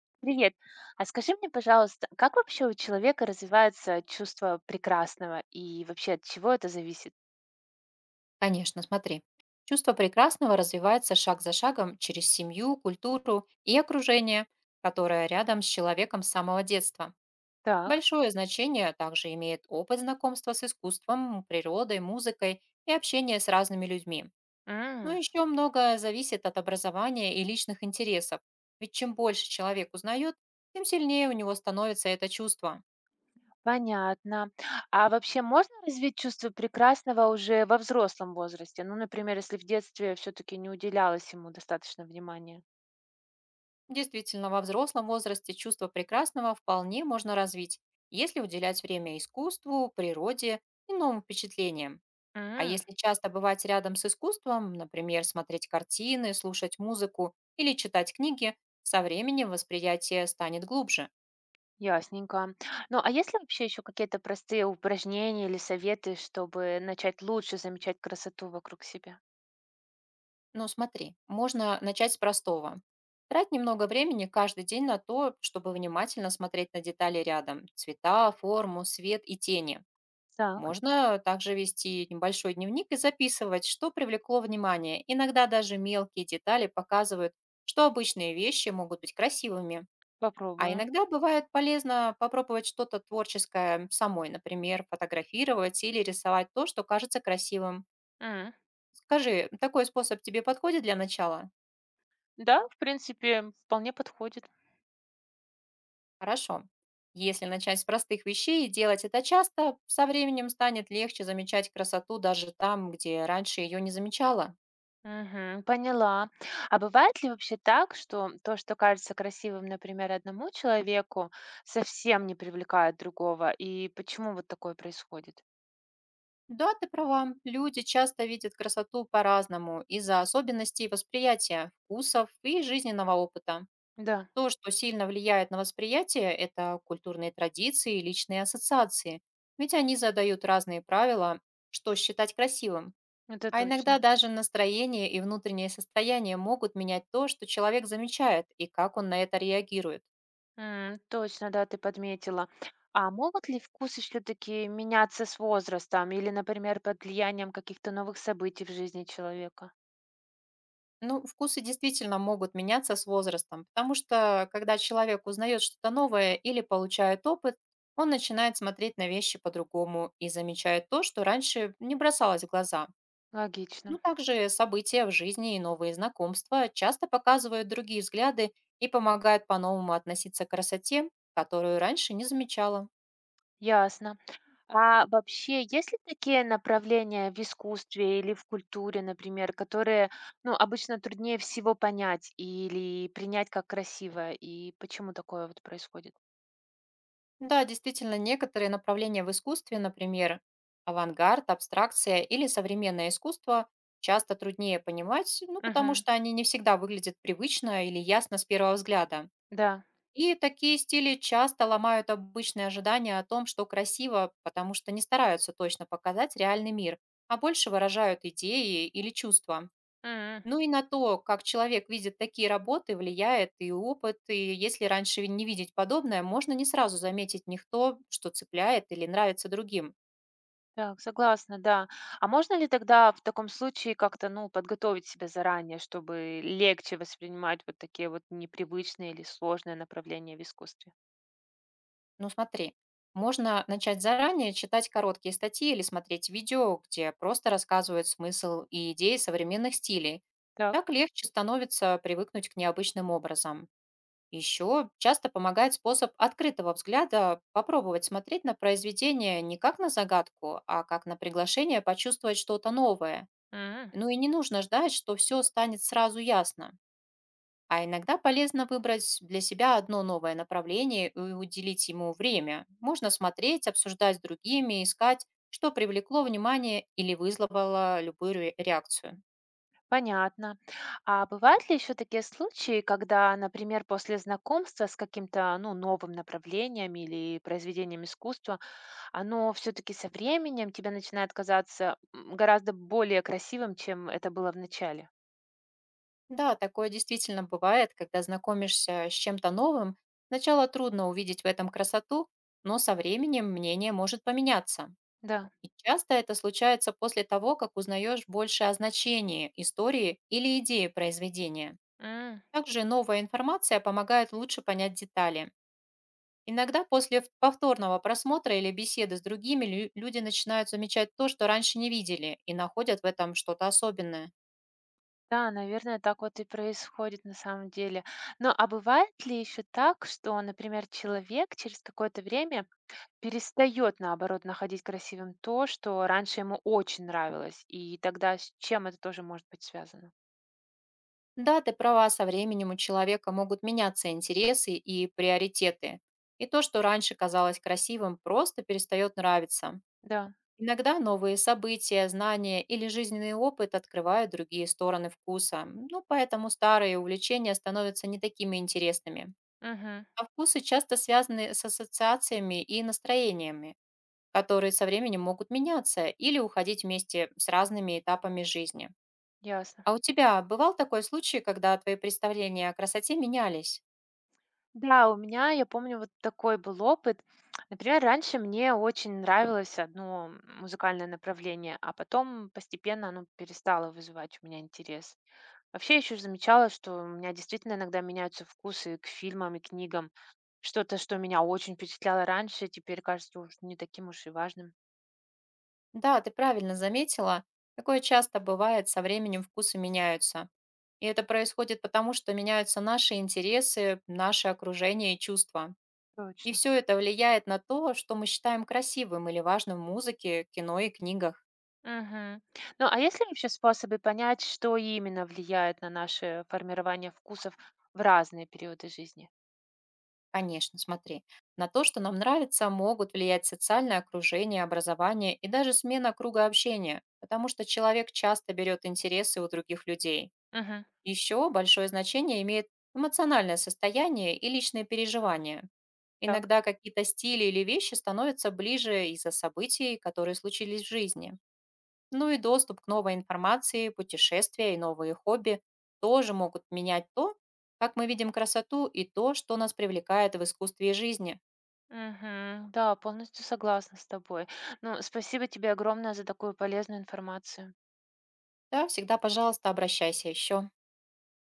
Привет. А скажи мне, пожалуйста, как вообще у человека развивается чувство прекрасного и вообще от чего это зависит? Конечно, смотри. Чувство прекрасного развивается шаг за шагом через семью, культуру и окружение, которое рядом с человеком с самого детства. Так. Большое значение также имеет опыт знакомства с искусством, природой, музыкой и общение с разными людьми. Но М. еще многое зависит от образования и личных интересов, ведь чем больше человек узнает, тем сильнее у него становится это чувство. Понятно. А вообще можно развить чувство прекрасного уже во взрослом возрасте? Ну, например, если в детстве все-таки не уделялось ему достаточно внимания. Действительно, во взрослом возрасте чувство прекрасного вполне можно развить, если уделять время искусству, природе и новым впечатлениям. А М. если часто бывать рядом с искусством, например, смотреть картины, слушать музыку или читать книги, со временем восприятие станет глубже. Ясненько. Ну, а есть ли вообще еще какие-то простые упражнения или советы, чтобы начать лучше замечать красоту вокруг себя? Но смотри, можно начать с простого. Трать немного времени каждый день на то, чтобы внимательно смотреть на детали рядом – цвета, форму, свет и тени. Так, Можно также вести небольшой дневник и записывать, что привлекло внимание. Иногда даже мелкие детали показывают, что обычные вещи могут быть красивыми. А попробую. иногда бывает полезно попробовать что-то творческое самой, например, фотографировать или рисовать то, что кажется красивым. Скажи, такой способ тебе подходит для начала? Да, в принципе, вполне подходит. Хорошо. Если начать с простых вещей и делать это часто, со временем станет легче замечать красоту даже там, где раньше ее не замечала. Мгм, поняла. А бывает ли вообще так, что то, что кажется красивым, например, одному человеку, совсем не привлекает другого? И почему вот такое происходит? Да, ты права. Люди часто видят красоту по-разному из-за особенностей восприятия, вкусов и жизненного опыта. Да, То, что сильно влияет на восприятие, это культурные традиции и личные ассоциации. Ведь они задают разные правила, что считать красивым. это А иногда точно. даже настроение и внутреннее состояние могут менять то, что человек замечает и как он на это реагирует. М, точно, да, ты подметила. А могут ли вкусы все-таки меняться с возрастом или, например, под влиянием каких-то новых событий в жизни человека? Ну, вкусы действительно могут меняться с возрастом, потому что когда человек узнает что-то новое или получает опыт, он начинает смотреть на вещи по-другому и замечает то, что раньше не бросалось в глаза. Ну, Логично. также события в жизни и новые знакомства часто показывают другие взгляды и помогают по-новому относиться к красоте, которую раньше не замечала. Ясно. А вообще, есть ли такие направления в искусстве или в культуре, например, которые, ну, обычно труднее всего понять или принять как красивое? И почему такое вот происходит? Да, действительно, некоторые направления в искусстве, например, авангард, абстракция или современное искусство, часто труднее понимать, ну, потому Мгм. что они не всегда выглядят привычно или ясно с первого взгляда. Да. И такие стили часто ломают обычные ожидания о том, что красиво, потому что не стараются точно показать реальный мир, а больше выражают идеи или чувства. М. Ну и на то, как человек видит такие работы, влияет и опыт, и если раньше не видеть подобное, можно не сразу заметить не то, что цепляет или нравится другим. Так, согласна, да. А можно ли тогда в таком случае как-то, ну, подготовить себя заранее, чтобы легче воспринимать вот такие вот непривычные или сложные направления в искусстве? Ну смотри, можно начать заранее читать короткие статьи или смотреть видео, где просто рассказывают смысл и идеи современных стилей. Так. Так легче становится привыкнуть к необычным образам. Еще часто помогает способ открытого взгляда попробовать смотреть на произведение не как на загадку, а как на приглашение почувствовать что-то новое. М. Ну и не нужно ждать, что все станет сразу ясно. А иногда полезно выбрать для себя одно новое направление и уделить ему время. Можно смотреть, обсуждать с другими, искать, что привлекло внимание или вызвало любую реакцию. Понятно. А бывают ли еще такие случаи, когда, например, после знакомства с каким-то новым направлением или произведением искусства, оно все-таки со временем тебе начинает казаться гораздо более красивым, чем это было в начале? Да, такое действительно бывает, когда знакомишься с чем-то новым. Сначала трудно увидеть в этом красоту, но со временем мнение может поменяться. Да. И часто это случается после того, как узнаешь больше о значении истории или идеи произведения. М, Также новая информация помогает лучше понять детали. Иногда после повторного просмотра или беседы с другими люди начинают замечать то, что раньше не видели, и находят в этом что-то особенное. да, наверное, так вот и происходит на самом деле. Но а бывает ли еще так, что, например, человек через какое-то время перестает наоборот, находить красивым то, что раньше ему очень нравилось, и тогда с чем это тоже может быть связано? Да, ты права, со временем у человека могут меняться интересы и приоритеты. И то, что раньше казалось красивым, просто перестает нравиться. Да, Иногда новые события, знания или жизненный опыт открывают другие стороны вкуса. Ну, поэтому старые увлечения становятся не такими интересными. мгм, А вкусы часто связаны с ассоциациями и настроениями, которые со временем могут меняться или уходить вместе с разными этапами жизни. ясно. А у тебя бывал такой случай, когда твои представления о красоте менялись? Да, у меня, я помню, вот такой был опыт. Например, раньше мне очень нравилось одно музыкальное направление, а потом постепенно оно перестало вызывать у меня интерес. Вообще, еще замечала, что у меня действительно иногда меняются вкусы к фильмам и книгам. Что-то, что меня очень впечатляло раньше, теперь кажется уж не таким уж и важным. Да, ты правильно заметила. Такое часто бывает, со временем вкусы меняются. И это происходит потому, что меняются наши интересы, наше окружение и чувства. И Точно. все это влияет на то, что мы считаем красивым или важным в музыке, кино и книгах. Мгм. Ну, а есть ли вообще способы понять, что именно влияет на наше формирование вкусов в разные периоды жизни? Конечно, смотри. На то, что нам нравится, могут влиять социальное окружение, образование и даже смена круга общения, потому что человек часто берет интересы у других людей. Мгм. Еще большое значение имеет эмоциональное состояние и личные переживания. Так. Иногда какие-то стили или вещи становятся ближе из-за событий, которые случились в жизни. Ну и доступ к новой информации, путешествия и новые хобби тоже могут менять то, как мы видим красоту и то, что нас привлекает в искусстве и жизни. Мгм. Да, полностью согласна с тобой. Ну, спасибо тебе огромное за такую полезную информацию. Да, всегда, пожалуйста, обращайся еще.